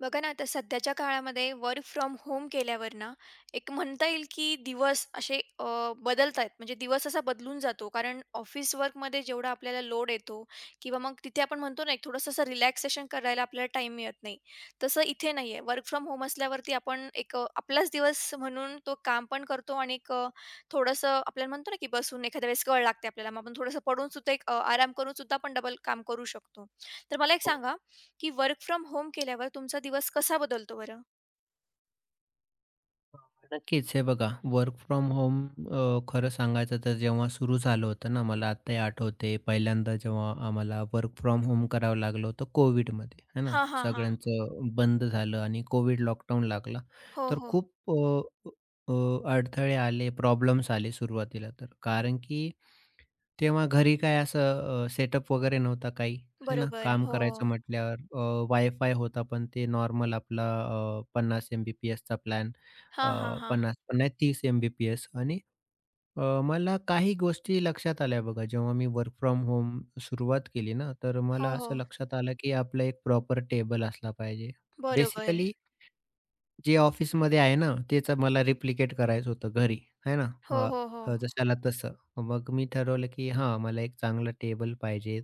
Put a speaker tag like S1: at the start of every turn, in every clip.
S1: बघा ना आता सध्याच्या काळामध्ये वर्क फ्रॉम होम केल्यावर ना एक म्हणता येईल की दिवस असे बदलतायत म्हणजे दिवस असा बदलून जातो कारण ऑफिस वर्कमध्ये जेवढा आपल्याला लोड येतो किंवा मग तिथे आपण म्हणतो ना एक थोडंसं असं रिलॅक्सेशन करायला आपल्याला टाइम मिळत नाही. तसं इथे नाही आहे, वर्क फ्रॉम होम असल्यावरती आपण एक आपलाच दिवस म्हणून तो काम पण करतो आणि एक थोडंसं आपल्याला म्हणतो ना की बसून एखाद्या वेळेस कळ लागते आपल्याला, मग आपण थोडंसं पडून सुद्धा एक आराम करून सुद्धा आपण डबल काम करू शकतो. तर मला एक
S2: हो,
S1: सांगा की वर्क फ्रॉम होम केल्यावर तुमचा दिवस कसा बदलतो बरं?
S2: हां. नक्कीच. हे बघा वर्क फ्रॉम होम खरं सांगायचं तर जेव्हा सुरू झालं होतं ना, मला आत्ताही आठवते पहिल्यांदा जेव्हा आम्हाला वर्क फ्रॉम होम करावं लागलं होतं कोविडमध्ये, है ना.
S1: हां, हां, हां.
S2: सगळ्यांचं बंद झालं आणि कोविड लॉकडाऊन लागला.
S1: हो,
S2: तर
S1: हो.
S2: खूप अ, अ, अडथळे आले, प्रॉब्लेम्स आले सुरुवातीला तर. कारण की तेव्हा घरी काय असं सेटअप वगैरे नव्हता काही, है ना.
S1: बरोबर.
S2: काम
S1: हो.
S2: करायचं म्हटल्यावर वायफाय होता पण ते नॉर्मल आपला एम-बी-पी-एसचा प्लॅन
S1: हां,
S2: अ,
S1: हां, हां.
S2: 50-50, 30 एम-बी-पी-एस आणि मला काही गोष्टी लक्षात आल्या बघा. जेव्हा मी वर्क फ्रॉम होम सुरुवात केली ना, तर
S1: हो,
S2: मला असं
S1: हो.
S2: लक्षात आलं, की आपलं एक प्रॉपर टेबल असला पाहिजे.
S1: बरोबर.
S2: बेसिकली जे ऑफिसमध्ये आहे ना, तेच मला रिप्लिकेट करायचं होतं घरी, है ना.
S1: हो,
S2: अ,
S1: हो, हो.
S2: अ, जशाला तसं. मग मी ठरवलं, की हां, मला एक चांगला टेबल पाहिजे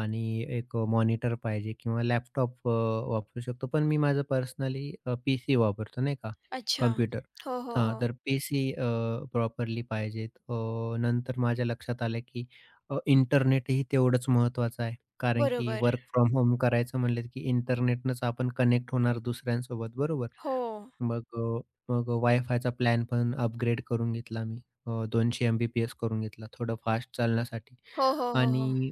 S2: आणि एक मॉनिटर पाहिजे किंवा लॅपटॉप वापरू शकतो. पण मी माझं पर्सनली पी-सी वापरतो नाही का,
S1: अच्छा.
S2: कॉम्प्युटर.
S1: हो, हो,
S2: हां,
S1: हो.
S2: तर पीसी प्रॉपरली पाहिजेत. नंतर माझ्या लक्षात आलं, की इंटरनेटही तेवढंच महत्त्वाचं आहे. कारण की
S1: बरोबर.
S2: वर्क फ्रॉम होम करायचं म्हणलं, की इंटरनेटनंच आपण कनेक्ट होणार दुसऱ्यांसोबत बरोबर.
S1: हो.
S2: मग मग वायफायचा प्लॅन पण अपग्रेड करून घेतला मी. 200 एम-बी-पी-एस करून घेतला थोडं फास्ट चालण्यासाठी.
S1: हो, हो, हो, हो.
S2: आणि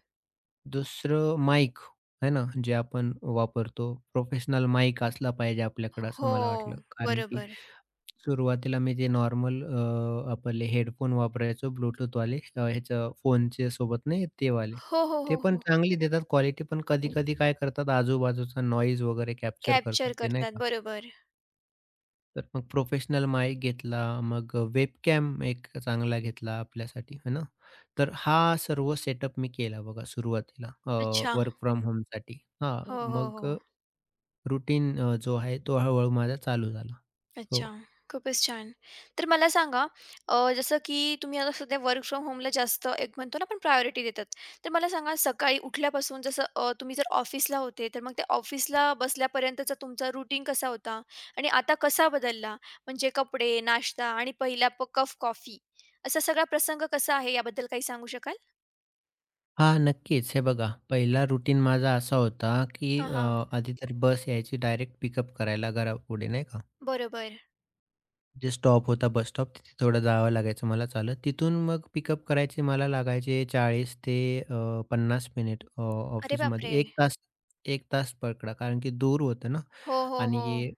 S2: दुसरं माईक आहे ना, जे आपण वापरतो. प्रोफेशनल माईक असला पाहिजे आपल्याकडे असं
S1: हो.
S2: मला वाटलं. कारण की
S1: बरोबर.
S2: सुरुवातीला मी जे नॉर्मल आपले हेडफोन वापरायचो ब्लूटूथ वाले ह्याच्या फोनचे सोबत नाही ते वाले.
S1: हो, हो,
S2: ते
S1: हो,
S2: पण
S1: हो.
S2: चांगली देतात क्वालिटी, पण कधी-कधी काय करतात आजूबाजूचा नॉईज वगैरे कॅप्चर करतात
S1: कॅप्चर
S2: ते नाही
S1: करतात.
S2: का?
S1: बरोबर.
S2: तर मग प्रोफेशनल माईक घेतला, मग वेबकॅम एक चांगला घेतला आपल्यासाठी है ना? तर हा सर्व सेटअप मी केला बघा सुरुवातीला
S1: अच्छा.
S2: वर्क फ्रॉम होमसाठी. हां,
S1: हो, हो,
S2: मग
S1: हो.
S2: रुटीन जो आहे तो हळू माझा चालू झाला. हो.
S1: अच्छा. खूपच छान. तर मला सांगा, जसं की तुम्ही आता सध्या वर्क फ्रॉम होमला जास्त एक म्हणतो ना आपण प्रायोरिटी देतात. तर मला सांगा, सकाळी उठल्यापासून जसं, तुम्ही जर ऑफिसला होते, तर मग त्या ऑफिसला बसल्यापर्यंतचा तुमचा रूटीन कसा होता? आणि आता कसा बदलला? म्हणजे कपडे, नाश्ता आणि पहिला कप कॉफी असा सगळा प्रसंग कसा आहे याबद्दल काही सांगू शकाल?
S2: हां, नक्कीच. हे बघा, पहिला रुटीन माझा असा होता, की
S1: हां, हां.
S2: आधी तर बस यायची डायरेक्ट पिकअप करायला घरापुढे नाही का?
S1: बरोबर.
S2: जे स्टॉप होता बस स्टॉप तिथे थोडं जावं लागायचं मला चालत. तिथून मग पिकअप करायचे मला लागायचे 40 ते अ, 50 मिनिट
S1: अरे
S2: ऑफिसमध्ये
S1: बापरे!
S2: एक तास 1 तास पकडा कारण की दूर होतं ना
S1: हो, हो, हो.
S2: आणि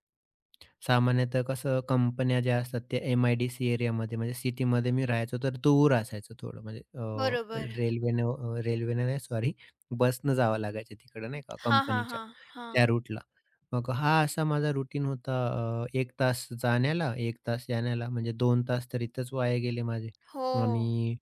S2: सामान्यतः कसं कंपन्या ज्या असतात त्या एम-आय-डी-सी एरियामध्ये म्हणजे सिटीमध्ये मी राहायचो तर दूर असायचं थोडं म्हणजे
S1: बरोबर.
S2: रेल्वेने रेल्वेने नाही सॉरी बसनं जावं लागायचं तिकडं नाही का
S1: हां, हां,
S2: कंपनीच्या
S1: हां. हां.
S2: त्या रूटला. मग हा असा माझा रुटीन होता 1 तास जाण्याला, 1 तास येण्याला म्हणजे 2 तास तर इथंच वाया गेले माझे.
S1: हो.
S2: आणि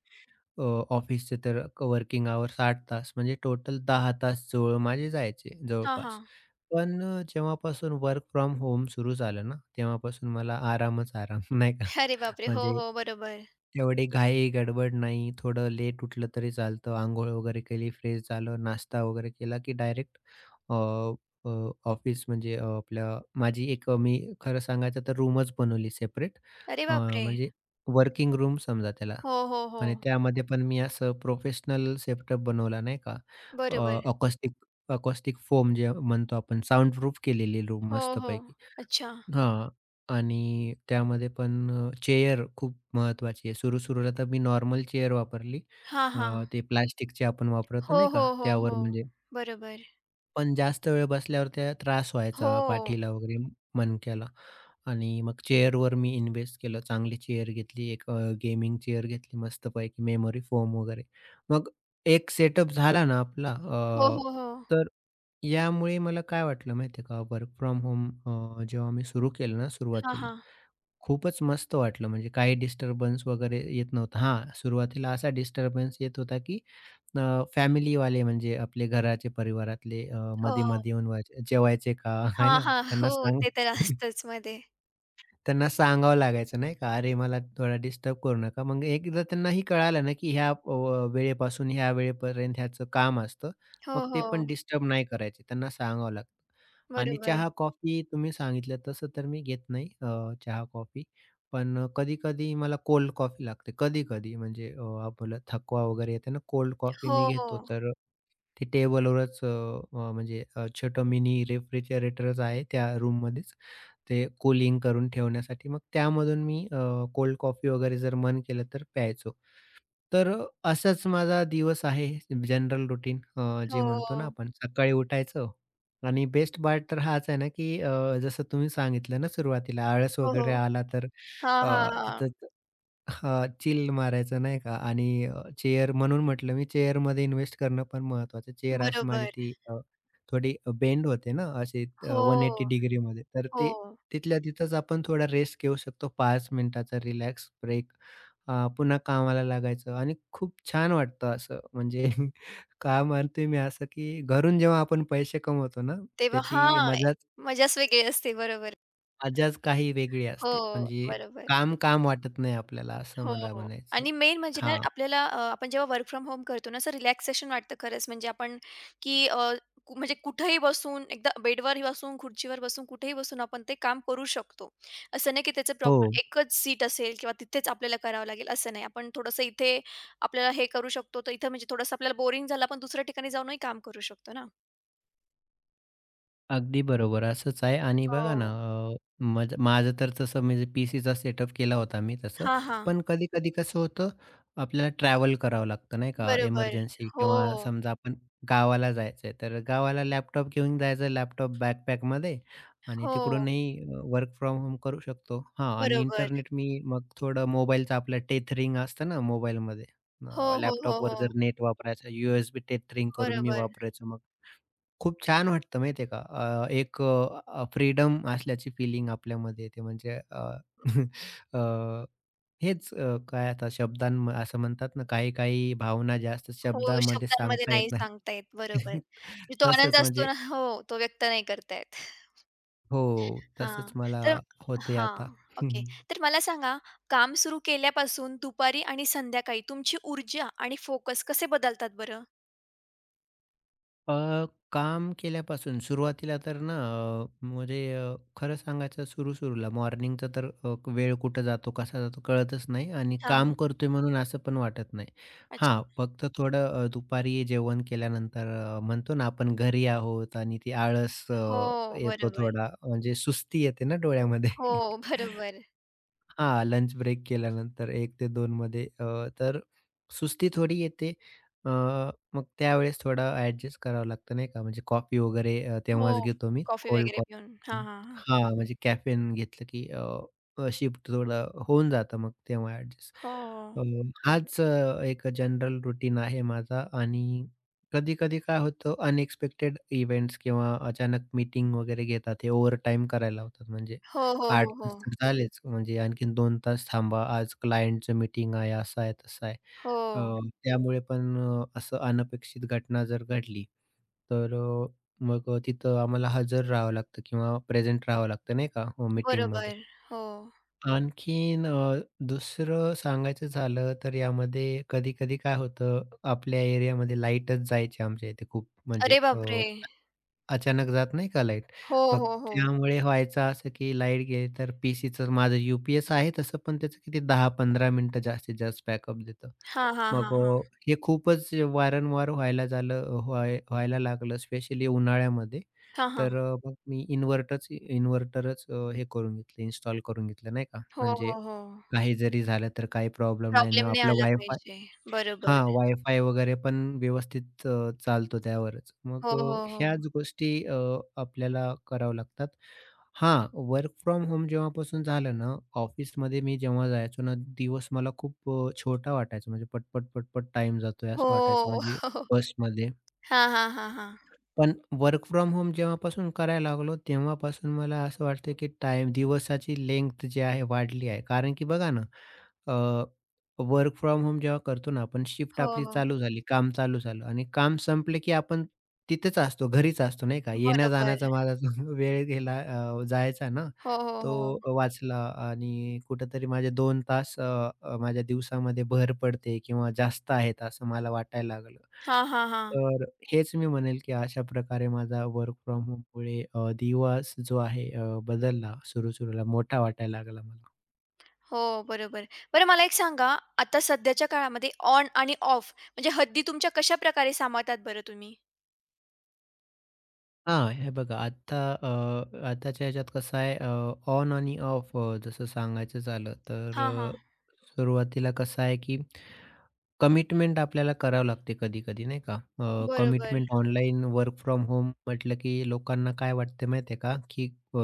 S2: अ, ऑफिसचे तर वर्किंग आवर 60 तास म्हणजे टोटल 10 तास जवळ माझे जायचे
S1: हां,
S2: जवळपास.
S1: हां.
S2: पण जेव्हापासून वर्क फ्रॉम होम सुरू झालं ना, तेव्हापासून मला आरामच आराम नाही का.
S1: अरे बापरे! हो,
S2: म्हणजे
S1: हो. बरोबर.
S2: एवढी घाई गडबड नाही. थोडं लेट उठलं तरी चालतं. अंघोळ वगैरे केली, फ्रेश झालं, नाश्ता वगैरे केला, की डायरेक्ट ऑफिस म्हणजे अ, आपल्या माझी एक अ, मी खरं सांगायचं तर रूमच बनवली सेपरेट.
S1: अरे बापरे!
S2: म्हणजे वर्किंग रूम समजा त्याला
S1: हो, हो, हो.
S2: आणि त्यामध्ये पण मी असं प्रोफेशनल सेटअप बनवला नाही का.
S1: बरोबर.
S2: अकॉस्टिक अकॉस्टिक फोम जे म्हणतो आपण साउंडप्रूफ केलेली रूम
S1: हो, हो.
S2: मस्तपैकी.
S1: अच्छा.
S2: हां. आणि त्यामध्ये पण चेअर खूप महत्त्वाची आहे. सुरू-सुरूला तर मी नॉर्मल चेअर वापरली.
S1: हां, हां.
S2: ते प्लास्टिकचे आपण वापरतो
S1: हो,
S2: नाही
S1: हो,
S2: का,
S1: हो,
S2: त्यावर
S1: हो.
S2: म्हणजे
S1: बरोबर.
S2: पण जास्त वेळ बसल्यावर त्या त्रास
S1: हो.
S2: व्हायचा पाठीला वगैरे, मणक्याला आणि मग चेअरवर मी इन्व्हेस्ट केलं. चांगली चेअर घेतली. एक गेमिंग चेअर घेतली मस्तपैकी मेमरी फोम वगैरे. मग एक सेटअप झाला ना आपला
S1: हो, हो, हो.
S2: तर यामुळे मला काय वाटलं माहिती आहे का, वर्क फ्रॉम होम जेव्हा मी सुरू केलं ना
S1: हां,
S2: सुरुवातीला,
S1: हां.
S2: खूपच मस्त वाटलं म्हणजे काही डिस्टर्बन्स वगैरे येत नव्हता. हां, सुरुवातीला असा डिस्टर्बन्स येत होता, की फॅमिलीवाले म्हणजे आपले घराचे परिवारातले
S1: हो, हो.
S2: मध्ये-मध्ये येऊन व्हायचे, "जेवायचे का?" आहे
S1: हां,
S2: ना?
S1: हां. हो, ते तर असतंच मध्ये.
S2: त्यांना सांगावं लागायचं नाही का, "अरे मला थोडा डिस्टर्ब करू नका." मग एकदा त्यांना ही कळालं ना, की ह्या वेळेपासून ह्या वेळेपर्यंत ह्याचं काम असतं.
S1: हो,
S2: मग ते पण
S1: हो.
S2: डिस्टर्ब नाही करायचे. त्यांना सांगावं लागतं. आणि
S1: बरोबर.
S2: चहा-कॉफी तुम्ही सांगितलं तसं तर मी घेत नाही चहा-कॉफी. पण कधी-कधी मला कोल्ड कॉफी लागते. कधी-कधी म्हणजे आपल्याला थकवा वगैरे येते ना, कोल्ड कॉफी
S1: हो,
S2: मी घेतो.
S1: हो.
S2: तर ते टेबलवरच अ, अ, म्हणजे अ, छोटं मिनी रेफ्रिजरेटरच आहे त्या रूममध्येच. ते कूलिंग करून ठेवण्यासाठी. मग त्यामधून मी कोल्ड कॉफी वगैरे जर मन केलं तर प्यायचो. तर असाच माझा दिवस आहे जनरल रूटीन जे
S1: हो,
S2: म्हणतो ना
S1: हो.
S2: आपण सकाळी उठायचं आणि बेस्ट पार्ट तर हाच आहे ना, की जसं तुम्ही सांगितलं ना सुरुवातीला आळस
S1: हो.
S2: वगैरे आला तर
S1: हां, हां,
S2: अ,
S1: हां.
S2: तिथं हां, चिल मारायचं नाही का आणि चेअर म्हणून म्हटलं मी चेअरमध्ये इन्व्हेस्ट करणं पण महत्त्वाचं. चेअर अशी माझी
S1: बरोबर.
S2: ती थोडी बेंड होते ना अशी 180
S1: हो,
S2: डिग्रीमध्ये. तर
S1: हो.
S2: ते तिथल्या तिथंच आपण थोडा रेस्ट घेऊ शकतो 5 मिनिटाचा रिलॅक्स ब्रेक. पुन्हा कामाला लागायचं आणि खूप छान वाटतं असं म्हणजे का म्हणतोय मी असं, की घरून जेव्हा आपण पैसे कमवतो ना,
S1: तेव्हा
S2: त्याची
S1: हां,
S2: मजाच
S1: मजाच वेगळी असते. बरोबर.
S2: मजाच काही वेगळी असते.
S1: हो,
S2: म्हणजे
S1: बरोबर.
S2: काम काम वाटत नाही आपल्याला असं
S1: हो,
S2: मला
S1: हो.
S2: म्हणायचं.
S1: आणि मेन म्हणजे ना
S2: हां.
S1: आपल्याला आपण जेव्हा वर्क फ्रॉम होम करतो ना, असं रिलॅक्सेशन वाटतं खरंच म्हणजे आपण की म्हणजे कुठेही बसून, एकदा बेडवरही बसून, खुर्चीवर बसून, कुठेही बसून आपण ते काम करू शकतो. असं नाही की त्याचं
S2: हो.
S1: प्रॉपर एकच सीट असेल किंवा तिथेच आपल्याला करावं लागेल असं नाही. आपण थोडंसं इथे आपल्याला हे करू शकतो, तर इथं म्हणजे थोडंसं आपल्याला बोरिंग झालं आपण दुसऱ्या ठिकाणी जाऊनही काम करू शकतो ना.
S2: अगदी बरोबर, असंच आहे आणि बघा ना
S1: हो.
S2: अ, मज माझं तर तसं म्हणजे पीसीचा सेटअप केला होता मी तसं.
S1: हां, हां.
S2: पण कधी-कधी कसं होतं, आपल्याला ट्रॅव्हल करावं लागतं नाही का,
S1: बरोबर.
S2: एमर्जन्सी
S1: हो,
S2: किंवा समजा आपण गावाला जायचं आहे, तर गावाला लॅपटॉप घेऊन जायचं, लॅपटॉप बॅकपॅकमध्ये आणि
S1: हो.
S2: तिकडूनही वर्क फ्रॉम होम करू शकतो. हां आणि
S1: बरोबर.
S2: इंटरनेट मी मग थोडं मोबाईलचं आपलं टेथरिंग असतं ना मोबाईलमध्ये,
S1: हो, हो, हो,
S2: लॅपटॉपवर
S1: हो.
S2: जर नेट वापरायचं, यूएसबी टेथरिंग करून मी
S1: बरोबर.
S2: वापरायचो खूप छान वाटतं माहिती का? एक फ्रीडम असल्याची फिलिंग आपल्यामध्ये येते म्हणजे अ, काय आता असं म्हणतात ना, काही काही भावना जास्त
S1: हो,
S2: शब्दामध्ये
S1: शब्दांमध्ये
S2: सांगता
S1: नाही
S2: येत नाही.
S1: सांगता येत. बरोबर. म्हणजे तो आनंद
S2: तसंच
S1: असतो
S2: म्हणजे
S1: ना हो, तो व्यक्त नाही करता येत.
S2: हो,
S1: हां,
S2: तसंच मला
S1: तर
S2: होतंय आता.
S1: हां, ओके. तर मला सांगा, काम सुरू केल्यापासून दुपारी आणि संध्याकाळी तुमची ऊर्जा आणि फोकस कसे बदलतात बरं?
S2: अ, काम केल्यापासून सुरुवातीला तर ना खरं सांगायचं सुरू-सुरूला मॉर्निंगचा तर वेळ कुठं जातो, कसा जातो कळतच नाही आणि
S1: हां, हां.
S2: काम करतोय म्हणून असं पण वाटत नाही.
S1: अच्छा.
S2: हां, फक्त थोडं दुपारी जेवण केल्यानंतर म्हणतो ना आपण घरी आहोत आणि ती आळस
S1: हो,
S2: येतो
S1: बरोबर.
S2: थोडा म्हणजे सुस्ती येते ना डोळ्यामध्ये.
S1: हो, बरोबर.
S2: हां, लंच ब्रेक केल्यानंतर 1 ते 2 मध्ये तर सुस्ती थोडी येते. अ, मग त्यावेळेस थोडा ॲडजस्ट करावं लागतं नाही का, म्हणजे कॉफी वगैरे
S1: हो,
S2: तेव्हाच घेतो मी
S1: कॉफी
S2: कोल्ड
S1: वगैरे पिऊन. हां,
S2: कॉफी
S1: हां, हां.
S2: हां, म्हणजे कॅफेन घेतलं की अ, अ, शिफ्ट थोडं होऊन जातं मग तेव्हा ॲडजस्ट.
S1: हो.
S2: अ, एक जनरल रूटीन आहे माझा आणि कधी-कधी काय होतं अनएक्सपेक्टेड इव्हेंट्स किंवा अचानक मीटिंग वगैरे घेतात, हे ओव्हरटाईम करायला लावतात म्हणजे
S1: हो, हो,
S2: 8
S1: हो, हो.
S2: तास तर झालेच. म्हणजे आणखीन 2 तास थांबा. आज क्लायंटचं मीटिंग आहे, असं आहे, तसं आहे.
S1: हो,
S2: त्यामुळे पण असं अनपेक्षित घटना जर घडली, तर मग तिथं आम्हाला हजर राहावं लागतं किंवा प्रेझेंट राहावं लागतं नाही का मीटिंगमध्ये.
S1: बरोबर. हो.
S2: आणखीन दुसरं सांगायचं झालं तर यामध्ये कधी-कधी काय होतं, आपल्या एरियामध्ये लाईटच जायची आमच्या इथे खूप म्हणजे
S1: अरे बापरे!
S2: अचानक जात नाही का लाईट?
S1: हो,
S2: मग
S1: हो, हो.
S2: त्यामुळे व्हायचं असं, की लाईट गेली तर पीसीचं माझं यू-पी-एस आहे तसं, पण त्याचं किती 10-15 मिनिटं जास्तीत जास्त बॅकअप देतं.
S1: हां, हां,
S2: मग
S1: हां, हां.
S2: हे खूपच वारंवार व्हायला झालं व्हाय व्हायला लागलं स्पेशली उन्हाळ्यामध्ये.
S1: हां, हां.
S2: तर मग मी इन्व्हर्टरच हे करून घेतलं, इन्स्टॉल करून घेतलं नाही का.
S1: हो,
S2: म्हणजे
S1: हो, हो.
S2: काही जरी झालं तर काही प्रॉब्लेम नाही
S1: प्रॉब्लेम
S2: ना
S1: नाही
S2: आपलं
S1: आला
S2: वायफाय
S1: पाहिजे. बरोबर.
S2: हां, वायफाय वगैरे पण व्यवस्थित चालतो त्यावरच.
S1: हो,
S2: मग
S1: हो,
S2: अ,
S1: हो.
S2: ह्याच गोष्टी अ, आपल्याला कराव्या लागतात. हां, वर्क फ्रॉम होम जेव्हापासून झालं ना, ऑफिसमध्ये मी जेव्हा जायचो ना, दिवस मला खूप छोटा वाटायचा. म्हणजे पट, पट, पट, पट जातोय असं वाटायचं.
S1: हो.
S2: म्हणजे बसमध्ये
S1: हां, हां, हां, हां.
S2: पण वर्क फ्रॉम होम जेव्हापासून करायला लागलो, तेव्हापासून मला असं वाटतं, की टाईम दिवसाची लेंथ जी आहे वाढली आहे. कारण की बघा ना, वर्क फ्रॉम होम जेव्हा करतो ना आपण, शिफ्ट
S1: हो,
S2: आपली
S1: हो.
S2: चालू झाली, काम चालू झालं आणि काम संपलं, की आपण तिथेच असतो, घरीच असतो नाही का.
S1: बरोबर.
S2: येण्या-जाण्याचा माझा जो वेळ गेला जायचा ना,
S1: हो, हो, हो.
S2: तो वाचला आणि कुठेतरी माझे 2 तास अ, अ, माझ्या दिवसामध्ये भर पडते किंवा जास्त आहेत असं मला वाटायला लागलं.
S1: हां, हां, हां.
S2: तर हेच मी म्हणेल, की अशा प्रकारे माझा वर्क फ्रॉम होममुळे दिवस जो आहे बदलला. सुरू-सुरूला मोठा वाटायला लागला मला.
S1: हो, बरोबर. बरं मला एक सांगा, आता सध्याच्या काळामध्ये ऑन आणि ऑफ म्हणजे हद्दी तुमच्या कशाप्रकारे सांभाळतात बरं तुम्ही?
S2: हां, हे बघा आता अ, आताच्या ह्याच्यात कसं आहे ऑन आणि ऑफ अ, जसं सांगायचं झालं तर
S1: हां,
S2: अ,
S1: हां.
S2: सुरुवातीला कसं आहे, की कमिटमेंट आपल्याला करावं लागते कधी-कधी नाही का?
S1: बरोबर,
S2: commitment online work from home म्हटलं की लोकांना काय वाटते माहिती का? की अ,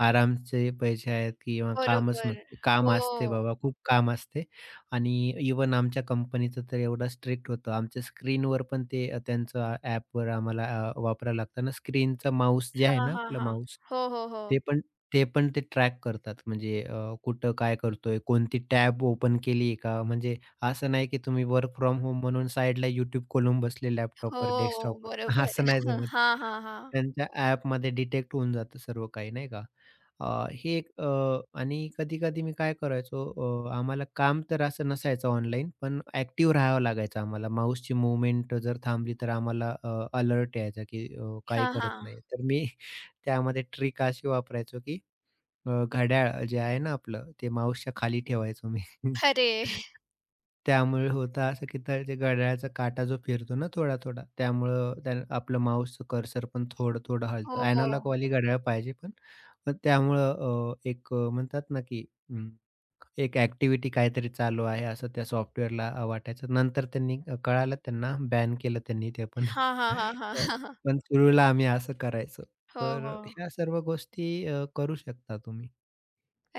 S2: आरामचे पैसे आहेत किंवा कामच
S1: बरोबर.
S2: नसते. काम
S1: हो.
S2: असते बाबा, खूप काम असते आणि इव्हन आमच्या कंपनीचं तर एवढं स्ट्रिक्ट होतं. आमच्या स्क्रीनवर पण ते त्यांचं ॲपवर आम्हाला वापरायला लागतं ना स्क्रीनचा माऊस जे आहे
S1: हां,
S2: ना
S1: हां,
S2: आपलं
S1: हां.
S2: माऊस,
S1: हो, हो, हो.
S2: ते पण ते पण ते ट्रॅक करतात. म्हणजे कुठं काय करतोय? कोणती टॅब ओपन केली का? म्हणजे असं नाही की तुम्ही वर्क फ्रॉम होम म्हणून साइडला YouTube खोलून बसले
S1: हो,
S2: लॅपटॉपवर, डेस्कटॉपवर.
S1: बरोबर.
S2: असं नाही जमत.
S1: हां, हां, हां.
S2: त्यांच्या ॲपमध्ये डिटेक्ट होऊन जातं सर्व काही नाही का? हे एक. आणि कधी-कधी मी काय करायचो आम्हाला काम तर असं नसायचं ऑनलाईन, पण ॲक्टिव्ह राहावं लागायचं आम्हाला. माऊसची मूव्हमेंट जर थांबली तर आम्हाला अलर्ट यायचा की काही
S1: हां,
S2: करत
S1: हां.
S2: नाही. तर मी त्यामध्ये ट्रिक अशी वापरायचो की घड्याळ जे आहे ना आपलं, ते माउसच्या खाली ठेवायचो मी.
S1: अरे!
S2: त्यामुळे होतं असं, की तर ते घड्याळाचा काटा जो फिरतो ना थोडा-थोडा, त्यामुळं त्या आपलं माउसचं कर्सर पण थोडं-थोडं हलतं.
S1: हो.
S2: अॅनालॉगवाली घड्याळ पाहिजे पण. पण त्यामुळं अ, एक अ, म्हणतात ना, की अं, एक ॲक्टिव्हिटी काहीतरी चालू आहे असं त्या सॉफ्टवेअरला वाटायचं. नंतर त्यांनी कळालं त्यांना, बॅन केलं त्यांनी ते पण.
S1: हां, हां, हां,
S2: अ,
S1: हां.
S2: पण सुरूला आम्ही असं करायचो.
S1: हो,
S2: तर
S1: हो.
S2: ह्या सर्व गोष्टी करू शकता तुम्ही.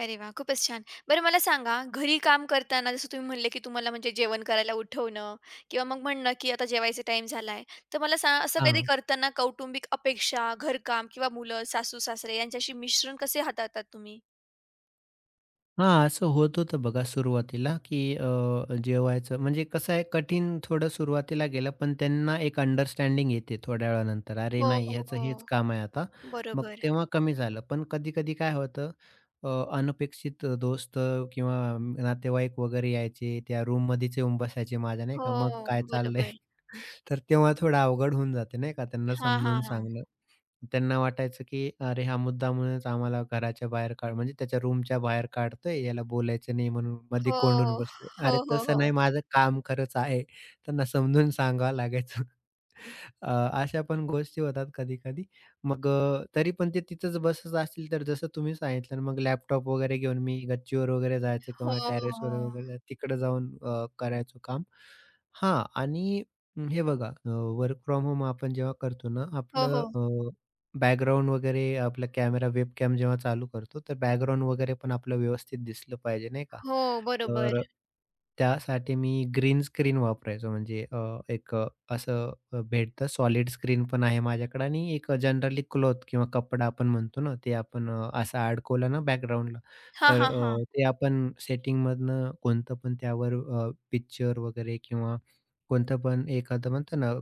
S1: अरे वा, खूपच छान. बरं मला सांगा, घरी काम करताना जसं तुम्ही म्हणले, की तुम्हाला म्हणजे जेवण करायला उठवणं किंवा मग म्हणणं, की आता जेवायचा टाईम झालाय. तर मला सांगा, असं कधी
S2: हां.
S1: करताना कौटुंबिक अपेक्षा, घरकाम किंवा मुलं, सासू-सासरे यांच्याशी मिश्रण कसे हाताळतात तुम्ही?
S2: हां, असं होत होतं बघा सुरुवातीला, की जेवायचं म्हणजे कसं आहे कठीण थोडं सुरुवातीला गेलं, पण त्यांना एक अंडरस्टँडिंग येते थोड्या वेळानंतर. अरे
S1: हो,
S2: नाही,
S1: हो,
S2: ह्याचं
S1: हो.
S2: हेच काम आहे आता. मग
S1: बरोबर.
S2: तेव्हा कमी झालं. पण कधी-कधी काय होतं अ, अनपेक्षित दोस्त किंवा नातेवाईक वगैरे यायचे. त्या रूममध्येच येऊन बसायचे माझ्या नाही का, मग
S1: हो,
S2: काय चाललंय?
S1: बरोबर.
S2: तर तेव्हा थोडं अवघड होऊन जाते नाही का त्यांना
S1: हां, हां,
S2: समजून
S1: हां.
S2: सांगणं. त्यांना वाटायचं की अरे हा मुद्दामूनच आम्हाला घराच्या बाहेर काढ म्हणजे त्याच्या रूमच्या बाहेर काढतोय, याला बोलायचं नाही म्हणून मध्ये
S1: हो.
S2: कोंडून बसतोय.
S1: हो,
S2: अरे
S1: हो,
S2: तसं
S1: हो.
S2: नाही माझं काम खरंच आहे. त्यांना समजून सांगावं लागायचं. अ, अशा पण गोष्टी होतात कधी-कधी. मग तरी पण ते तिथंच बसत असतील तर जसं तुम्ही सांगितलं मग लॅपटॉप वगैरे घेऊन मी गच्चीवर वगैरे जायचं
S1: हो,
S2: किंवा
S1: हो, हो.
S2: टेरेसवर वगैरे जायचं, तिकडे जाऊन करायचो काम. हां आणि हे बघा वर्क फ्रॉम होम आपण जेव्हा करतो ना
S1: हो,
S2: आपलं
S1: हो.
S2: बॅकग्राऊंड वगैरे आपला कॅमेरा, वेबकॅम जेव्हा चालू करतो, तर बॅकग्राऊंड वगैरे पण आपलं व्यवस्थित दिसलं पाहिजे, नाही का?
S1: हो, बरोबर.
S2: तर त्यासाठी मी ग्रीन स्क्रीन वापरायचो. म्हणजे अ, एक अ, असं अ, भेटतं सॉलिड स्क्रीन पण आहे माझ्याकडे आणि एक जनरली क्लॉथ किंवा कपडा आपण म्हणतो ना, ते आपण असा अडकवला ना बॅकग्राऊंडला,
S1: हां,
S2: तर
S1: हां, हां.
S2: ते आपण सेटिंगमधनं कोणतं पण त्यावर पिक्चर वगैरे किंवा कोणतं पण एखादं म्हणतो ना,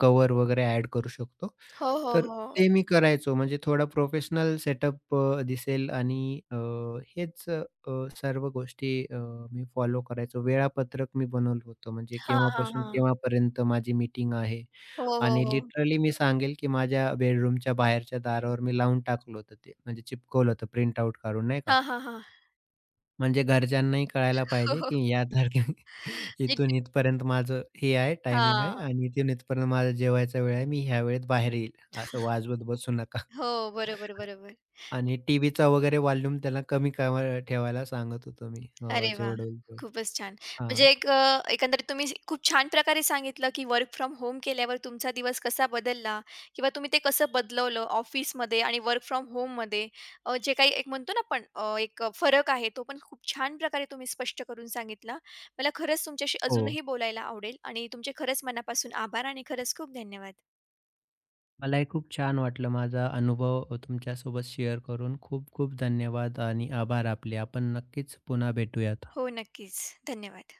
S2: क वगैरे ॲड करू शकतो.
S1: हो, हो,
S2: तर
S1: हो.
S2: ते मी करायचो. म्हणजे थोडा प्रोफेशनल सेटअप दिसेल आणि हेच अ, सर्व गोष्टी मी फॉलो करायचो. वेळापत्रक मी बनवलं होतं. म्हणजे
S1: हां, हां,
S2: केव्हापासून
S1: हां.
S2: केव्हापर्यंत माझी मीटिंग आहे
S1: हो, हो,
S2: आणि
S1: हो.
S2: लिटरली मी सांगेल, की माझ्या बेडरूमच्या बाहेरच्या दारावर मी लावून टाकलं होतं ते. म्हणजे चिपकवलं होतं प्रिंट आउट काढून नाही का?
S1: हां, हां, हां.
S2: म्हणजे घरच्यांनाही कळायला पाहिजे,
S1: हो,
S2: की या तारखेला इथून
S1: हो.
S2: इथपर्यंत माझं हे आहे, टायमिंग आहे
S1: हां.
S2: आणि इथून इथपर्यंत माझा जेवायचा वेळ आहे. मी ह्या वेळेत बाहेर येईल, असं वाजवत बसू नका.
S1: हो, बरोबर, बरोबर.
S2: आणि टीव्हीचा वगैरे वॉल्यूम त्याला कमी करा ठेवायला सांगत होतो मी
S1: अरे वाह!
S2: जेवढं होईल तेवढं.
S1: खूपच छान.
S2: हां.
S1: म्हणजे एक एकंदरीत तुम्ही खूप छान प्रकारे सांगितलं, की वर्क फ्रॉम होम केल्यावर तुमचा दिवस कसा बदलला किंवा तुम्ही ते कसं बदलवलं ऑफिसमध्ये आणि वर्क फ्रॉम होममध्ये. जे काही एक म्हणतो ना आपण, एक फरक आहे, तो पण खूप छान प्रकारे तुम्ही स्पष्ट करून सांगितला. मला खरंच तुमच्याशी
S2: हो.
S1: अजूनही बोलायला आवडेल आणि तुमचे खरंच मनापासून आभार आणि खरंच खूप धन्यवाद.
S2: मलाही खूप छान वाटलं माझा अनुभव तुमच्यासोबत शेअर करून. खूप खूप धन्यवाद आणि आभार आपले. आपण नक्कीच पुन्हा भेटूयात.
S1: हो, नक्कीच. धन्यवाद.